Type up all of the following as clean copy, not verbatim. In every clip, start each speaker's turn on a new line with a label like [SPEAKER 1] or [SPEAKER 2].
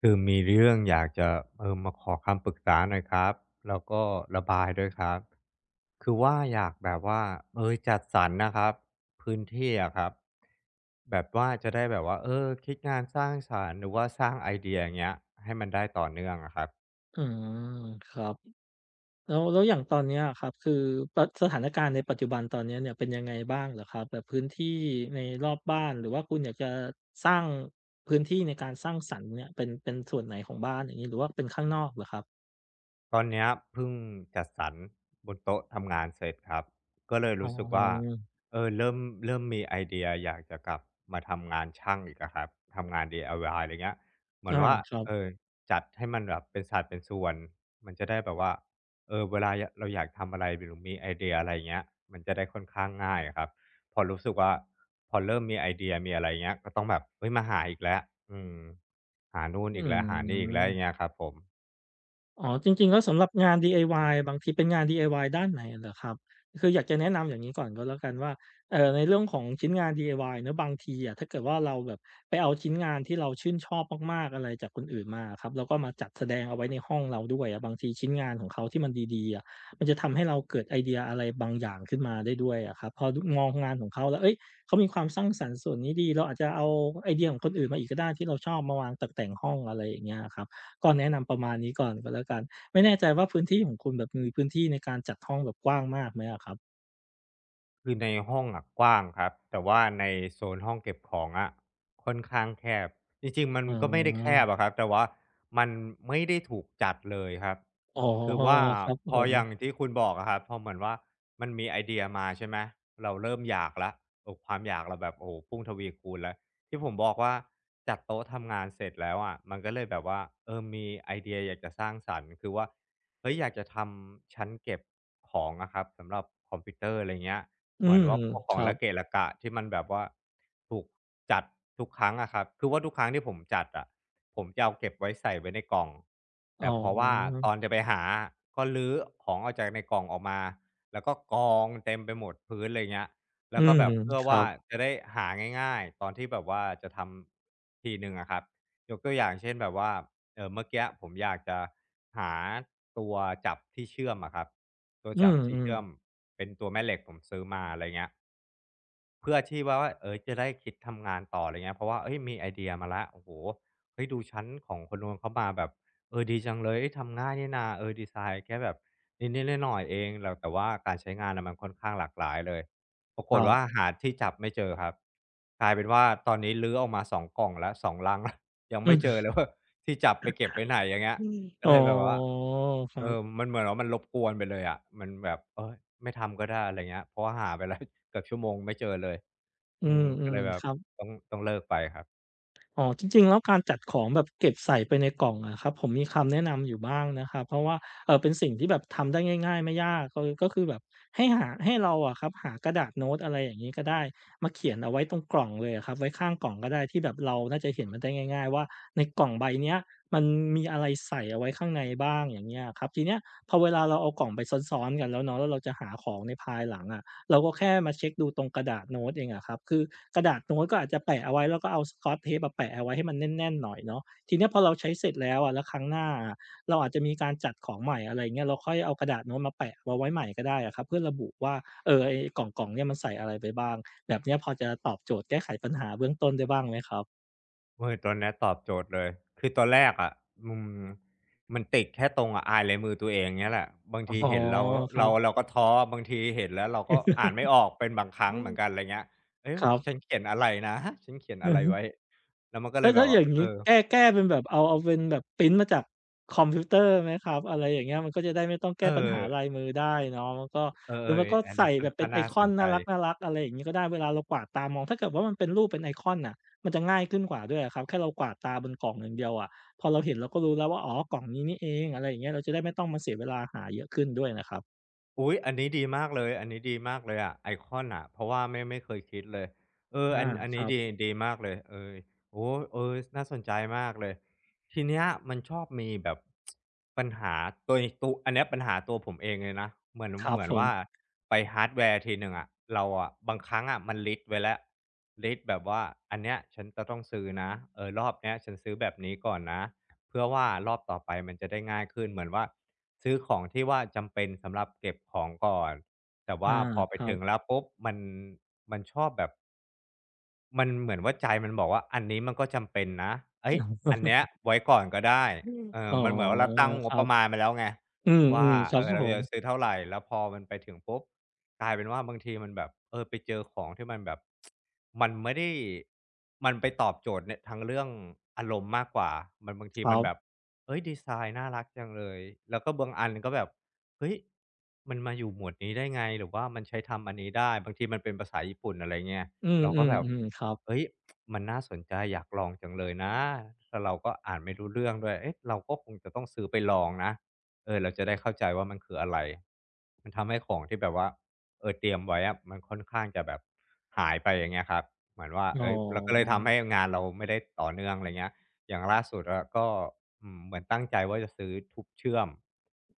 [SPEAKER 1] คือมีเรื่องอยากจะมาขอคำปรึกษาหน่อยครับแล้วก็ระบายด้วยครับคือว่าอยากแบบว่าจัดสรรนะครับพื้นที่อะครับแบบว่าจะได้แบบว่าคิดงานสร้างสรรค์หรือว่าสร้างไอเดียอย่างเงี้ยให้มันได้ต่อเนื่องอะครับ
[SPEAKER 2] อืมครับแล้วอย่างตอนเนี้ยอะครับคือปะสถานการณ์ในปัจจุบันตอนเนี้ยเนี่ยเป็นยังไงบ้างเหรอครับแบบพื้นที่ในรอบบ้านหรือว่าคุณอยากจะสร้างพื้นที่ในการสร้างสรรค์เนี่ยเป็นส่วนไหนของบ้านอย่างงี้หรือว่าเป็นข้างนอกเหรอครับ
[SPEAKER 1] ตอนเนี้ยเพิ่งจัดสรรบนโต๊ะทำงานเสร็จครับก็เลย
[SPEAKER 2] อ๋
[SPEAKER 1] รู้สึกว่า
[SPEAKER 2] อ
[SPEAKER 1] เออเริ่มเริ่มมีไอเดียอยากจะกลับมาทำงานช่างอีกอะครับทำงาน DIY อวายอะไรเงี้ยเหมือน
[SPEAKER 2] อา
[SPEAKER 1] ว่า
[SPEAKER 2] ครับ
[SPEAKER 1] เออจัดให้มันแบบเป็นศาสัดเป็นส่วนมันจะได้แบบว่าเวลาเราอยากทำอะไรหรือมีไอเดียอะไรเงี้ยมันจะได้ค่อนข้างง่ายอะครับพอรู้สึกว่าพอเริ่มมีไอเดียมีอะไรเงี้ยก็ต้องแบบเฮ้ยมาหาอีกแล้วอืมหานู่น
[SPEAKER 2] อื
[SPEAKER 1] อีกแล้วหานี่อีกแล้วอย่าง
[SPEAKER 2] ม
[SPEAKER 1] เงี้ยครับผม
[SPEAKER 2] อ๋อจริงๆแล้วสำหรับงาน DIY บางทีเป็นงาน DIY ด้านไหนเหรอครับคืออยากจะแนะนำอย่างงี้ก่อนก็แล้วกันว่าในเรื่องของชิ้นงาน DIY เนาะบางทีอะถ้าเกิดว่าเราแบบไปเอาชิ้นงานที่เราชื่นชอบมากๆอะไรจากคนอื่นมาอะครับแล้วก็มาจัดแสดงเอาไว้ในห้องเราด้วยอะบางทีชิ้นงานของเขาที่มันดีๆอะมันจะทำให้เราเกิดไอเดียอะไรบางอย่างขึ้นมาได้ด้วยอะครับพอดมองงานของเขาแล้วเฮ้ยเขามีความสร้างสรรค์ส่วนนี้ดีเราอาจจะเอาไอเดียของคนอื่นมาอีกก็ได้ที่เราชอบมาวางตกแต่งห้องอะไรอย่างเงี้ยอะครับ ก็แนะนำประมาณนี้ก่อนก็แล้วกันไม่แน่ใจว่าพื้นที่ของคุณแบบมีพื้นที่ในการจัดห้องแบบกว้างมากไหมอะครับ
[SPEAKER 1] คือในห้องอะกว้างครับแต่ว่าในโซนห้องเก็บของอะค่อนข้างแคบจริงๆมัน
[SPEAKER 2] อ๋
[SPEAKER 1] ก็ไม่ได้แค
[SPEAKER 2] อ
[SPEAKER 1] บอะครับแต่ว่ามันไม่ได้ถูกจัดเลยครับ
[SPEAKER 2] อ๋อ
[SPEAKER 1] คือว่า
[SPEAKER 2] ครับผ
[SPEAKER 1] พออย่าง
[SPEAKER 2] ม
[SPEAKER 1] ที่คุณบอกอะครับพอเหมือนว่ามันมีไอเดียมาใช่ไหมเราเริ่มอยากแล้วโอ้ความอยากเราแบบโอ้โฮพุ่งทวีคูณแล้วที่ผมบอกว่าจัดโต๊ะทำงานเสร็จแล้วอะมันก็เลยแบบว่ามีไอเดียอยากจะสร้างสรรค์คือว่าเฮ้ยอยากจะทำชั้นเก็บของอะครับสำหรับคอมพิวเตอร์อะไรเงี้ย
[SPEAKER 2] อื
[SPEAKER 1] เหมือน
[SPEAKER 2] ม
[SPEAKER 1] ว่าพวกข
[SPEAKER 2] ค
[SPEAKER 1] อง
[SPEAKER 2] รับ
[SPEAKER 1] ระเกะระกะที่มันแบบว่าถูกจัดทุกครั้งอะครับคือว่าทุกครั้งที่ผมจัดอะผมจะเอาเก็บไว้ใส่ไว้ในกล่อง
[SPEAKER 2] อ๋อ
[SPEAKER 1] แต่เพราะว่าตอนจะไปหาก็ลื้อของออกจากในกล่องออกมาแล้วก็กองเต็มไปหมดพื้นอะไรเงี้ย
[SPEAKER 2] อื
[SPEAKER 1] แล้วก็
[SPEAKER 2] ม
[SPEAKER 1] แบบเพื่อ
[SPEAKER 2] ครั
[SPEAKER 1] ว่า
[SPEAKER 2] บ
[SPEAKER 1] จะได้หาง่ายๆตอนที่แบบว่าจะทำทีหนึ่งอะครับยกตัวอย่างเช่นแบบว่าเมื่อกี้ผมอยากจะหาตัวจับที่เชื่อมอะครับ ตัว
[SPEAKER 2] อื
[SPEAKER 1] จับที่เชื่อม
[SPEAKER 2] ม
[SPEAKER 1] เป็นตัวแม่เหล็กผมซื้อมาอะไรเงี้ย เพื่อที่ว่าจะได้คิดทำงานต่ออะไรเงี้ยเพราะว่าเฮ้ยมีไอเดียมาแล้วโอ้โฮเฮ้ยดูชั้นของคนนู้นเขามาแบบดีจังเลยเฮ้ยทำง่ายนี่นาดีไซน์แค่แบบนิดๆหน่อยๆเองแล้วแต่ว่าการใช้งานน่ะมันค่อนข้างหลากหลายเลยปรา
[SPEAKER 2] ๆค
[SPEAKER 1] กฏ
[SPEAKER 2] รั
[SPEAKER 1] ว่า
[SPEAKER 2] บ
[SPEAKER 1] หาที่จับไม่เจอครับกลายเป็นว่าตอนนี้รื้อออกมาสองกล่องแล้ว2ลังแล้ว ยัง
[SPEAKER 2] อื
[SPEAKER 1] ไม่เจ
[SPEAKER 2] ม
[SPEAKER 1] อเลยว่าที่จับไปเก็บไว้ไหนอย่างเงี้ยก็
[SPEAKER 2] อ๋
[SPEAKER 1] เล
[SPEAKER 2] อ
[SPEAKER 1] ยแบบว่า
[SPEAKER 2] ครับ
[SPEAKER 1] มันเหมือนว่ามันรบกวนไปเลยอะมันแบบไม่ทำก็ได้อะไรเงี้ยเพราะว่าหาไปแล้ว เกือบชั่วโมงไม่เจอเลย
[SPEAKER 2] อื
[SPEAKER 1] อืมก็เล
[SPEAKER 2] ม
[SPEAKER 1] ยแบ
[SPEAKER 2] ๆค
[SPEAKER 1] บ
[SPEAKER 2] รับ
[SPEAKER 1] ต้องเลิกไปครับ
[SPEAKER 2] อ๋อจริงๆแล้วการจัดของแบบเก็บใส่ไปในกล่องอะครับผมมีคำแนะนำอยู่บ้างนะครับเพราะว่าเป็นสิ่งที่แบบทำได้ง่ายๆไม่ยากก็คือแบบให้หาให้เราอะครับหากระดาษโน้ตอะไรอย่างงี้ก็ได้มาเขียนเอาไว้ตรงกล่องเลยอะครับไว้ข้างกล่องก็ได้ที่แบบเราน่าจะเห็นมันได้ง่ายๆว่าในกล่องใบเนี้ยมันมีอะไรใส่เอาไว้ข้างในบ้างอย่างเงี้ยอะครับทีเนี้ยพอเวลาเราเอากล่องไปซ้อนๆกันแล้วเนาะแล้วเราจะหาของในภายหลังอะ เราก็แค่มาเช็กดูตรงกระดาษโน้ตเองอะครับคือกระดาษโน้ตก็อาจจะแปะเอาไว้แล้วก็เอา Scotch Tape อะแปะเอาไว้ให้มันแน่นๆหน่อยเนาะทีเนี้ยพอเราใช้เสร็จแล้วอะแล้วครั้งหน้าอะเราอาจจะมีการจัดของใหม่อะไรอย่างเงี้ยเราค่อยเอากระดาษโน้ตมาแปะเอาไว้ใหม่ก็ได้อะครับเพื่อระบุว่าไอ้กล่องๆเนี่ยมันใส่อะไรไปบ้างแบบเนี้ยพอจะตอบโจทย์แก้ไขปัญหาเบื้องต้นได้บ้างไหมครับ
[SPEAKER 1] มือตัวเนี้ยตอบโจทย์เลยคือตอนแรกอะอืมมันติดแค่ตรงอะอายลายมือตัวเองเงี้ยแหละบางที
[SPEAKER 2] อ๋อ
[SPEAKER 1] เห็นเรา
[SPEAKER 2] ครั
[SPEAKER 1] เรา
[SPEAKER 2] บ
[SPEAKER 1] เราก็ท้อบางทีเห็นแล้วเราก็อ่านไม่ออกเป็นบางครั้งเหมือนกันไรเงี้ยเอ๊ะ
[SPEAKER 2] ครับ
[SPEAKER 1] ฉันเขียนอะไรนะฉันเขียน
[SPEAKER 2] อื
[SPEAKER 1] อะ
[SPEAKER 2] อ
[SPEAKER 1] ไร
[SPEAKER 2] ฮึ
[SPEAKER 1] ไว้แล้วมันก็เล
[SPEAKER 2] แล้ว
[SPEAKER 1] ยแบ
[SPEAKER 2] ถ้า
[SPEAKER 1] บ
[SPEAKER 2] อ
[SPEAKER 1] ว่า
[SPEAKER 2] ย่าง
[SPEAKER 1] เอ
[SPEAKER 2] งี้
[SPEAKER 1] อ
[SPEAKER 2] แก้เป็นแบบเอาเป็นแบบพรินต์มาจากคอมพิวเตอร์ไหมครับอะไรอย่างเงี้ยมันก็จะได้ไม่ต้อง
[SPEAKER 1] เอ
[SPEAKER 2] แก้
[SPEAKER 1] อ
[SPEAKER 2] ปัญหาลายมือได้เนาะแล้วก็
[SPEAKER 1] เออ
[SPEAKER 2] หรือไม่ก็
[SPEAKER 1] ๆอัน
[SPEAKER 2] ใส่
[SPEAKER 1] นี้ค่
[SPEAKER 2] แบ
[SPEAKER 1] อน
[SPEAKER 2] บเป็
[SPEAKER 1] ข้า
[SPEAKER 2] น
[SPEAKER 1] ง
[SPEAKER 2] ไอ
[SPEAKER 1] น่า
[SPEAKER 2] ค
[SPEAKER 1] ส
[SPEAKER 2] อ
[SPEAKER 1] น
[SPEAKER 2] น
[SPEAKER 1] ใจ
[SPEAKER 2] น่ารักๆอะไรอย่างงี้ก็ได้เวลาเรากวาดตามองถ้าเกิดว่ามันเป็นรูปเป็นไอคอนน่ะมันจะง่ายขึ้นกว่าด้วยอะครับแค่เรากวาดตาบนกล่องอย่างเดียวอะพอเราเห็นเราก็รู้แล้วว่าอ๋อกล่องนี้นี่เองอะไรอย่างเงี้ยเราจะได้ไม่ต้องมาเสียเวลาหาเยอะขึ้นด้วยนะครับ
[SPEAKER 1] อุ๊ยอันนี้ดีมากเลยอันนี้ดีมากเลยอะไอคอนอะเพราะว่าไม่เคยคิดเลยอั
[SPEAKER 2] อา
[SPEAKER 1] นอัน
[SPEAKER 2] ค
[SPEAKER 1] นี้
[SPEAKER 2] รับ
[SPEAKER 1] ดีมากเลยโอ้โฮน่าสนใจมากเลยทีเนี้ยมันชอบมีแบบปัญหาตัวอันเนี้ยปัญหาตัวผมเองเลยนะเหมือน
[SPEAKER 2] ครั
[SPEAKER 1] เห
[SPEAKER 2] บ
[SPEAKER 1] มือ
[SPEAKER 2] ผ
[SPEAKER 1] นว่า
[SPEAKER 2] ม
[SPEAKER 1] ไปฮาร์ดแวร์ทีหนึ่งอะเราอะบางครั้งอะมันลิสต์ไว้แล้วลิสต์แบบว่าอันเนี้ยฉันจะต้องซื้อนะรอบเนี้ยฉันซื้อแบบนี้ก่อนนะ เพื่อว่ารอบต่อไปมันจะได้ง่ายขึ้นเหมือนว่าซื้อของที่ว่าจำเป็นสำหรับเก็บของก่อนแต่
[SPEAKER 2] อา
[SPEAKER 1] ว่าพอไป
[SPEAKER 2] ครั
[SPEAKER 1] ถึงแล้
[SPEAKER 2] บ
[SPEAKER 1] วปุ๊บมันมันชอบแบบ มันเหมือนว่าใจมันบอกว่าอันนี้มันก็จำเป็นนะเอ้ยอันเนี้ยไว้ก่อนก็ได้เออ
[SPEAKER 2] ออ๋อ
[SPEAKER 1] มันเหมือนว่าเราตั้งง
[SPEAKER 2] ค
[SPEAKER 1] บ
[SPEAKER 2] รั
[SPEAKER 1] ป
[SPEAKER 2] บ
[SPEAKER 1] ระมาณมาแล้วไง
[SPEAKER 2] อืม
[SPEAKER 1] ว่า
[SPEAKER 2] ๆครั
[SPEAKER 1] เอ
[SPEAKER 2] บ
[SPEAKER 1] อ
[SPEAKER 2] ผ
[SPEAKER 1] เรา
[SPEAKER 2] ม
[SPEAKER 1] จะซื้อเท่าไรแล้วพอมันไปถึงปุ๊บกลายเป็นว่าบางทีมันแบบเออไปเจอของที่มันแบบมันไม่ได้มันไปตอบโจทย์เนี่ยทางเรื่องอารมณ์มากกว่ามันบางที
[SPEAKER 2] ครั
[SPEAKER 1] มันแบบ
[SPEAKER 2] บ
[SPEAKER 1] เฮ้ยดีไซน์น่ารักจังเลยแล้วก็บางอันก็แบบเฮ้ยมันมาอยู่หมวดนี้ได้ไงหรือว่ามันใช้ทำอันนี้ได้บางทีมันเป็นภาษาญี่ปุ่นอะไรเงี้ย
[SPEAKER 2] อื
[SPEAKER 1] เราก็แบบ
[SPEAKER 2] มๆๆครับ
[SPEAKER 1] เฮ้ยมันน่าสนใจอยากลองจังเลยนะแล้วเราก็อ่านไม่รู้เรื่องด้วยเอ๊ะเราก็คงจะต้องซื้อไปลองนะ เออเราจะได้เข้าใจว่ามันคืออะไรมันทำให้ของที่แบบว่าเออเตรียมไว้อะมันค่อนข้างจะแบบหายไปอย่างเงี้ยครับเหมือนว่า
[SPEAKER 2] อ๋อ
[SPEAKER 1] เฮ้ยเราก็เลยทำให้งานเราไม่ได้ต่อเนื่องอะไรเงี้ยอย่างล่าสุดอะก็ อืมเหมือนตั้งใจว่าจะซื้อทูบเชื่อม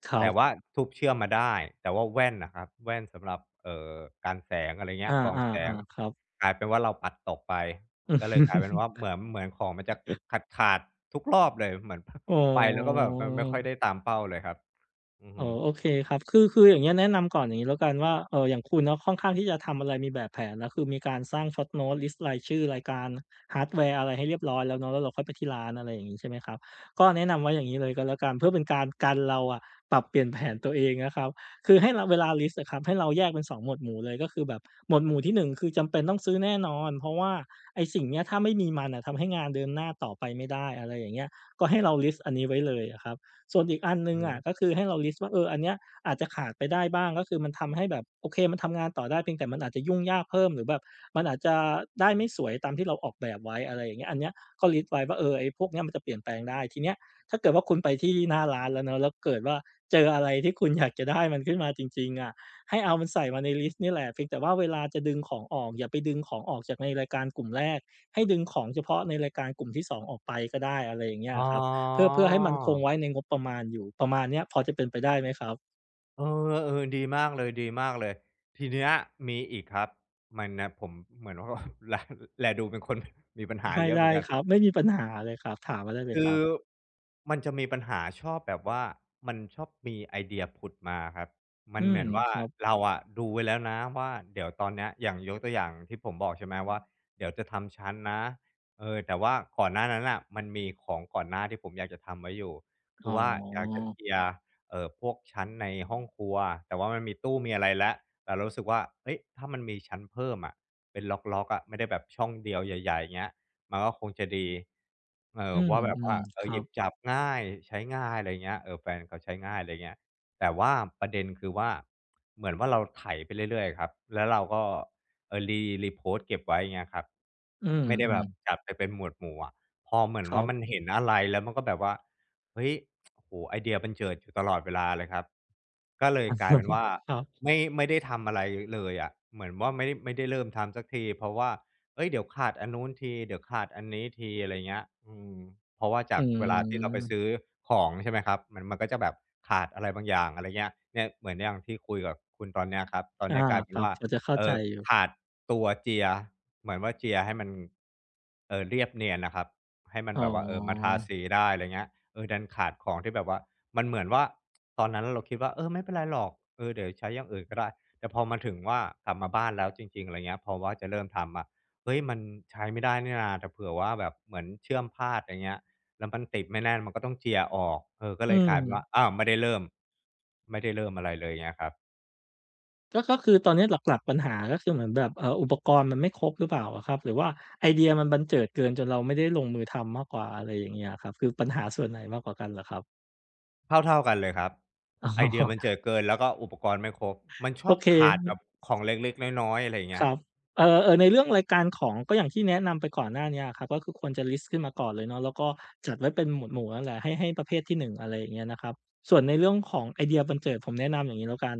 [SPEAKER 2] ครั
[SPEAKER 1] แต่ว่า
[SPEAKER 2] บ
[SPEAKER 1] ทูบเชื่อมมาได้แต่ว่าแว่นน่ะครับแว่นสำหรับกันแสงอะไรเงี้
[SPEAKER 2] อา
[SPEAKER 1] ยกรองแสง
[SPEAKER 2] ๆๆครับ
[SPEAKER 1] กลายเป็นว่าเราปัดตกไปก็เลยกลายเป็นว่า เหมือนของมันจะขาดๆทุกรอบเลยเหมือน
[SPEAKER 2] อ๋อ
[SPEAKER 1] ไปแล้วก็แบบมันไม่ค่อยได้ตามเป้าเลยครับอือ
[SPEAKER 2] อ๋
[SPEAKER 1] ฮึ
[SPEAKER 2] อโอเคครับ คืออย่างเงี้ยแนะนำก่อนอย่างงี้แล้วกันว่าอย่างคุณเนาะค่อนข้างที่จะทำอะไรมีแบบแผนแล้วคือมีการสร้าง short note ลิสต์รายชื่อรายการ hardware อะไรให้เรียบร้อยแล้วเนาะแล้วเราค่อยไปที่ร้านอะไรอย่างงี้ใช่ไหมครับก็แนะนำไว้อย่างงี้เลยก็แล้วกันเพื่อเป็นการกันเราอะปรับเปลี่ยนแผนตัวเองนะครับคือให้เราเวลาลิสต์อะครับให้เราแยกเป็นสองหมวดหมู่เลยก็คือแบบหมวดหมู่ที่หนึ่งคือจำเป็นต้องซื้อแน่นอนเพราะว่าไอ้สิ่งเนี้ยถ้าไม่มีมันน่ะทำให้งานเดินหน้าต่อไปไม่ได้อะไรอย่างเงี้ยก็ให้เราลิสต์อันนี้ไว้เลยอะครับ ส่วนอีกอันห
[SPEAKER 1] อื
[SPEAKER 2] นึ่
[SPEAKER 1] อ
[SPEAKER 2] งอะ
[SPEAKER 1] ฮึ
[SPEAKER 2] ก็คือให้เราลิสต์ว่าอันเนี้ยอาจจะขาดไปได้บ้างก็คือมันทำให้แบบโอเคมันทำงานต่อได้เพียงแต่มันอาจจะยุ่งยากเพิ่มหรือแบบมันอาจจะได้ไม่สวยตามที่เราออกแบบไว้อะไรอย่างเงี้ยอันเนี้ยก็ลิสต์ไว้ว่าไอ้พวกเนี้ยมันจะเปลี่ยนแปลงได้ทีเนี้ยถ้าเกิดว่าคุณไปที่หน้าร้านแล้วเนอะแล้วเกิดว่าเจออะไรที่คุณอยากจะได้มันขึ้นมาจริงๆอะให้เอามันใส่มาในลิสต์นี่แหละเพียงแต่ว่าเวลาจะดึงของออกอย่าไปดึงของออกจากในรายการกลุ่มแรกให้ดึงของเฉพาะในรายการกลุ่มที่สองออกไปก็ได้อะไรอย่างเงี้ย
[SPEAKER 1] อ๋อ
[SPEAKER 2] ครับ เพื่อให้มันคงไว้ในงบประมาณอยู่ประมาณเนี้ยพอจะเป็นไปได้ไหมครับ
[SPEAKER 1] เออเออดีมากเลยดีมากเลยทีเนี้ยมีอีกครับมันน่ะผมเหมือนว่า แลแลดูเป็นคน มีปัญหา
[SPEAKER 2] ให้
[SPEAKER 1] เยอะเหมื
[SPEAKER 2] ได้
[SPEAKER 1] อนกัน
[SPEAKER 2] ครับไม่มีปัญหาเลยครับถามมาได้เลย
[SPEAKER 1] คื
[SPEAKER 2] ครั
[SPEAKER 1] อ
[SPEAKER 2] บ
[SPEAKER 1] มันจะมีปัญหาชอบแบบว่ามันชอบมีไอเดียผุดมาครับมั
[SPEAKER 2] อื
[SPEAKER 1] นเห
[SPEAKER 2] ม
[SPEAKER 1] มือนว่า
[SPEAKER 2] ครับ
[SPEAKER 1] เราอะดูไว้แล้วนะว่าเดี๋ยวตอนเนี้ยอย่างยกตัวอย่างที่ผมบอกใช่ไหมว่าเดี๋ยวจะทำชั้นนะเออแต่ว่าก่อนหน้านั้นน่ะมันมีของก่อนหน้าที่ผมอยากจะทำไว้อยู่คื
[SPEAKER 2] อ๋
[SPEAKER 1] อว่าอยาก
[SPEAKER 2] อ
[SPEAKER 1] จะเคลียร์พวกชั้นในห้องครัวแต่ว่ามันมีตู้มีอะไรแล้วแต่เรารู้สึกว่าเฮ้ยถ้ามันมีชั้นเพิ่มอะเป็นล็อกๆอะไม่ได้แบบช่องเดียวใหญ่ๆเงี้ย มันก็คงจะดีเอ
[SPEAKER 2] อื
[SPEAKER 1] อ
[SPEAKER 2] ม
[SPEAKER 1] ว่าแบบ
[SPEAKER 2] อืม
[SPEAKER 1] ว่าเอ
[SPEAKER 2] ค
[SPEAKER 1] อ
[SPEAKER 2] รั
[SPEAKER 1] หยิ
[SPEAKER 2] บ
[SPEAKER 1] บจับง่ายใช้ง่ายอะไรเงี้ยเออแฟนเขาใช้ง่ายอะไรเงี้ยแต่ว่าประเด็นคือว่า เหมือนว่าเราไถไปเรื่อยๆครับ แล้วเราก็เออรีโพสต์เก็บไว้อย่างเงี้ยครับ
[SPEAKER 2] อืม
[SPEAKER 1] ไม่ได้
[SPEAKER 2] อื
[SPEAKER 1] แบ
[SPEAKER 2] ม
[SPEAKER 1] บจัดไปเป็นหมวดหมู่อะพอเหมือ
[SPEAKER 2] ค
[SPEAKER 1] น
[SPEAKER 2] รั
[SPEAKER 1] ว่า
[SPEAKER 2] บ
[SPEAKER 1] มันเห็นอะไรแล้วมันก็แบบว่าเฮ้ย โอ้โฮไอเดียบันเจิดอยู่ตลอดเวลาเลยครับก็เลยกลายเป็น ว่า
[SPEAKER 2] ครับ
[SPEAKER 1] ไม่ได้ทำอะไรเลยอะเหมือนว่าไม่ได้เริ่มทำสักทีเพราะว่าเฮ้ยเดี๋ยวขาดอันนู้นทีเดี๋ยวขาดอันนี้ทีอะไรเงี้ยอืมเพราะว่าจา
[SPEAKER 2] อื
[SPEAKER 1] กเวลาที่เราไปซื้อ
[SPEAKER 2] ม
[SPEAKER 1] ของใช่ไหมครับมันก็จะแบบขาดอะไรบางอย่างอะไรเงี้ยเนี่ยเหมือนอย่างที่คุยกับคุณตอนเนี้ยครับตอน
[SPEAKER 2] อา
[SPEAKER 1] เนี้ยกลาย
[SPEAKER 2] ค
[SPEAKER 1] เป็น
[SPEAKER 2] รับ
[SPEAKER 1] ว่า
[SPEAKER 2] พอจะเข้าใจ
[SPEAKER 1] เอ่อ
[SPEAKER 2] อยู่
[SPEAKER 1] ขาดตัวเจียร์เหมือนว่าเจียร์ให้มันเรียบเนียนน่ะครับให้มัน
[SPEAKER 2] อ๋อ
[SPEAKER 1] แบบว่าเออมาทาสีได้อะไรเงี้ย เออดันขาดของที่แบบว่ามันเหมือนว่าตอนนั้นเราคิดว่าเออไม่เป็นไรหรอกเออเดี๋ยวใช้อย่างอื่นก็ได้แต่พอมาถึงว่ากลับมาบ้านแล้วจริงๆอะไรเงี้ยพอว่าจะเริ่มทำอะเฮ้ยมันใช้ไม่ได้นี่นาแต่เผื่อว่าแบบเหมือนเชื่อมพลาดอย่างเงี้ยแล้วมันติดไม่แน่นมันก็ต้องเจียออกเออก็
[SPEAKER 2] อื
[SPEAKER 1] เลยกลายเป็นว่า
[SPEAKER 2] ม
[SPEAKER 1] อ้าวไม่ได้เริ่มอะไรเลยเงี้ยครับ
[SPEAKER 2] ก็คือตอนนี้หลักๆปัญหาก็คือเหมือนแบบอุปกรณ์มันไม่ครบหรือเปล่าอะครับหรือว่าไอเดียมันบันเจิดเกินจนเราไม่ได้ลงมือทำมากกว่าอะไรอย่างเงี้ยอะครับคือปัญหาส่วนไหนมากกว่ากันเหรอครับ
[SPEAKER 1] เท่าๆกันเลยครับ
[SPEAKER 2] อ๋
[SPEAKER 1] ไอเดีย
[SPEAKER 2] อ
[SPEAKER 1] มันเจิ่อ เกินแล้วก็อุปกรณ์ไม่ครบมันช
[SPEAKER 2] โอ
[SPEAKER 1] อบ
[SPEAKER 2] เค
[SPEAKER 1] ขาดแบบของเล็กๆน้อยๆอะไรอย่าง
[SPEAKER 2] ค
[SPEAKER 1] เงี้ย
[SPEAKER 2] รับเออเออในเรื่องรายการของก็อย่างที่แนะนำไปก่อนหน้าเนี้ยอะครับก็คือควรจะลิสต์ขึ้นมาก่อนเลยเนาะแล้วก็จัดไว้เป็นหมวดหมู่นั่นแหละให้ประเภทที่หนึ่งอะไรอย่างเงี้ยนะครับส่วนในเรื่องของไอเดียบันเจิดผมแนะนำอย่างงี้แล้วกัน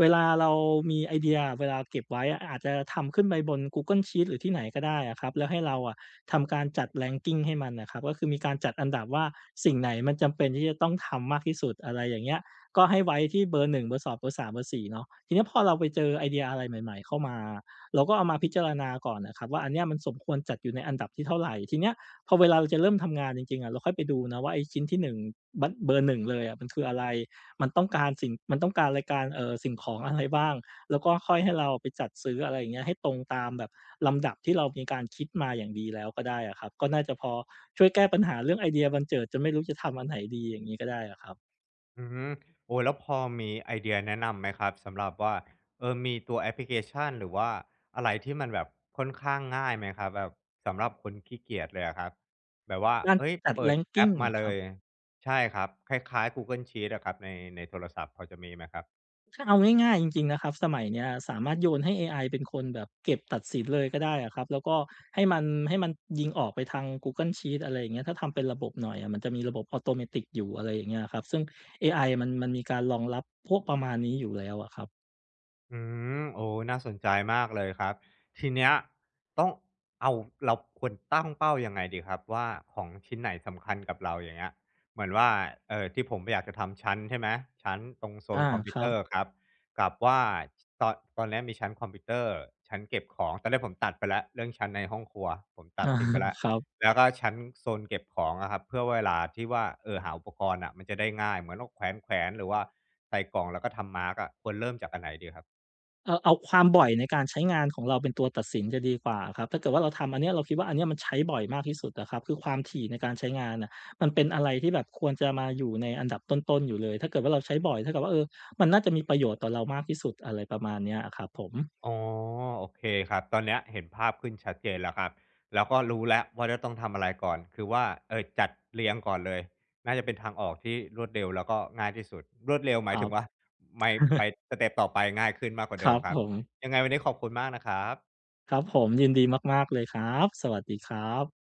[SPEAKER 2] เวลาเรามีไอเดียเวลาเก็บไว้อะอาจจะทำขึ้นไปบน Google Sheets หรือที่ไหนก็ได้อะครับแล้วให้เราอะทำการจัด ranking ให้มันอะครับก็คือมีการจัดอันดับว่าสิ่งไหนมันจำเป็นที่จะต้องทำมากที่สุดอะไรอย่างเงี้ยก็ให้ไว้ที่เบอร์หนึ่งเบอร์สองเบอร์สามเบอร์สี่เนาะทีเนี้ยพอเราไปเจอไอเดียอะไรใหม่ๆเข้ามา เราก็เอามาพิจารณาก่อนนะครับว่าอันเนี้ยมันสมควรจัดอยู่ในอันดับที่เท่าไหรทีเนี้ยพอเวลาเราจะเริ่มทำงานจริงๆอะเราค่อยไปดูนะว่าไอ้ชิ้นที่1บั้นเบอร์1เลยอะมันคืออะไรมันต้องการรายการสิ่งของอะไรบ้างแล้วก็ค่อยให้เราไปจัดซื้ออะไรอย่างเงี้ยให้ตรงตามแบบลำดับที่เรามีการคิดมาอย่างดีแล้วก็ได้อะครับก็น่าจะพอช่วยแก้ปัญหาเรื่องไอเดียบันเจิดจนไม่รู้จะทำอันไหนดีอย่างงี้ก็ได้อะครับ
[SPEAKER 1] อืมโอ้แล้วพอมีไอเดียแนะนำไหมครับสำหรับว่าเออมีตัวแอปพลิเคชันหรือว่าอะไรที่มันแบบค่อนข้างง่ายไหมครับแบบสำหรับคนขี้เกียจเลยอะครับแบบว่า
[SPEAKER 2] การ
[SPEAKER 1] เฮ้ย
[SPEAKER 2] จัด
[SPEAKER 1] เปิดแอป
[SPEAKER 2] ranking เหร
[SPEAKER 1] มา
[SPEAKER 2] อ
[SPEAKER 1] เล
[SPEAKER 2] ครับ
[SPEAKER 1] ยใช่ครับคล้ายๆ Google Sheets อะครับในโทรศัพท์พอจะมีไหมครับ
[SPEAKER 2] ถ้าเอาง่ายๆจริงๆนะครับสมัยเนี้ยสามารถโยนให้เอไอเป็นคนแบบเก็บตัดสินเลยก็ได้อะครับแล้วก็ให้มันยิงออกไปทาง Google Sheets อะไรอย่างเงี้ยถ้าทำเป็นระบบหน่อยอะมันจะมีระบบอัตโนมัติอยู่อะไรอย่างเงี้ยครับซึ่งเอไอมันมีการรองรับพวกประมาณนี้อยู่แล้วอะครับ
[SPEAKER 1] อืมโอ้น่าสนใจมากเลยครับทีเนี้ยต้องเอาเราควรตั้งเป้ายังไงดีครับว่าของชิ้นไหนสำคัญกับเราอย่างเงี้ยเหมือนว่าเออที่ผมอยากจะทำชั้นใช่ไหมชั้นตรงโซน
[SPEAKER 2] อา
[SPEAKER 1] คอมพิ
[SPEAKER 2] ค
[SPEAKER 1] ว
[SPEAKER 2] รั
[SPEAKER 1] เต
[SPEAKER 2] บ
[SPEAKER 1] อร์ครับกับว่าตอนเรกมีชั้นคอมพิวเตอร์ชั้นเก็บของตอนแรกผมตัดไปแล้วเรื่องชั้นในห้องครัวผมตัด
[SPEAKER 2] อา
[SPEAKER 1] ทิ้งไปแล้ว
[SPEAKER 2] ครับ
[SPEAKER 1] แล้วก็ชั้นโซนเก็บของอะครับเพื่อเวลาที่ว่าเออหาอุปกรณ์อะมันจะได้ง่ายเหมือนเราแขวนหรือว่าใส่กล่องแล้วก็ทำมาร์กอะควรเริ่มจากอันไหนดีครับ
[SPEAKER 2] เอาความบ่อยในการใช้งานของเราเป็นตัวตัดสินจะดีกว่าครับถ้าเกิดว่าเราทำอันเนี้ยเราคิดว่าอันเนี้ยมันใช้บ่อยมากที่สุดอะครับคือความถี่ในการใช้งานน่ะมันเป็นอะไรที่แบบควรจะมาอยู่ในอันดับต้นๆอยู่เลยถ้าเกิดว่าเราใช้บ่อยเท่ากับว่าเออมันน่าจะมีประโยชน์ต่อเรามากที่สุดอะไรประมาณเนี้ยอะครับผม
[SPEAKER 1] อ๋อโอเคครับตอนเนี้ยเห็นภาพขึ้นชัดเจนแล้วครับแล้วก็รู้แล้วว่าจะต้องทำอะไรก่อนคือว่าจัดเรียงก่อนเลยน่าจะเป็นทางออกที่รวดเร็วแล้วก็ง่ายที่สุดรวดเร็วห
[SPEAKER 2] ค
[SPEAKER 1] มาย
[SPEAKER 2] รั
[SPEAKER 1] ถึ
[SPEAKER 2] บ
[SPEAKER 1] งว่าไม่ไป สเต็ปต่อไปง่ายขึ้นมากกว่า
[SPEAKER 2] ค
[SPEAKER 1] เดิ
[SPEAKER 2] รั
[SPEAKER 1] ม
[SPEAKER 2] บ
[SPEAKER 1] ครั
[SPEAKER 2] ผ
[SPEAKER 1] บ
[SPEAKER 2] ม
[SPEAKER 1] ยังไงวันนี้ขอบคุณมากนะครับ
[SPEAKER 2] ครับผมยินดีมากๆเลยครับสวัสดีครับ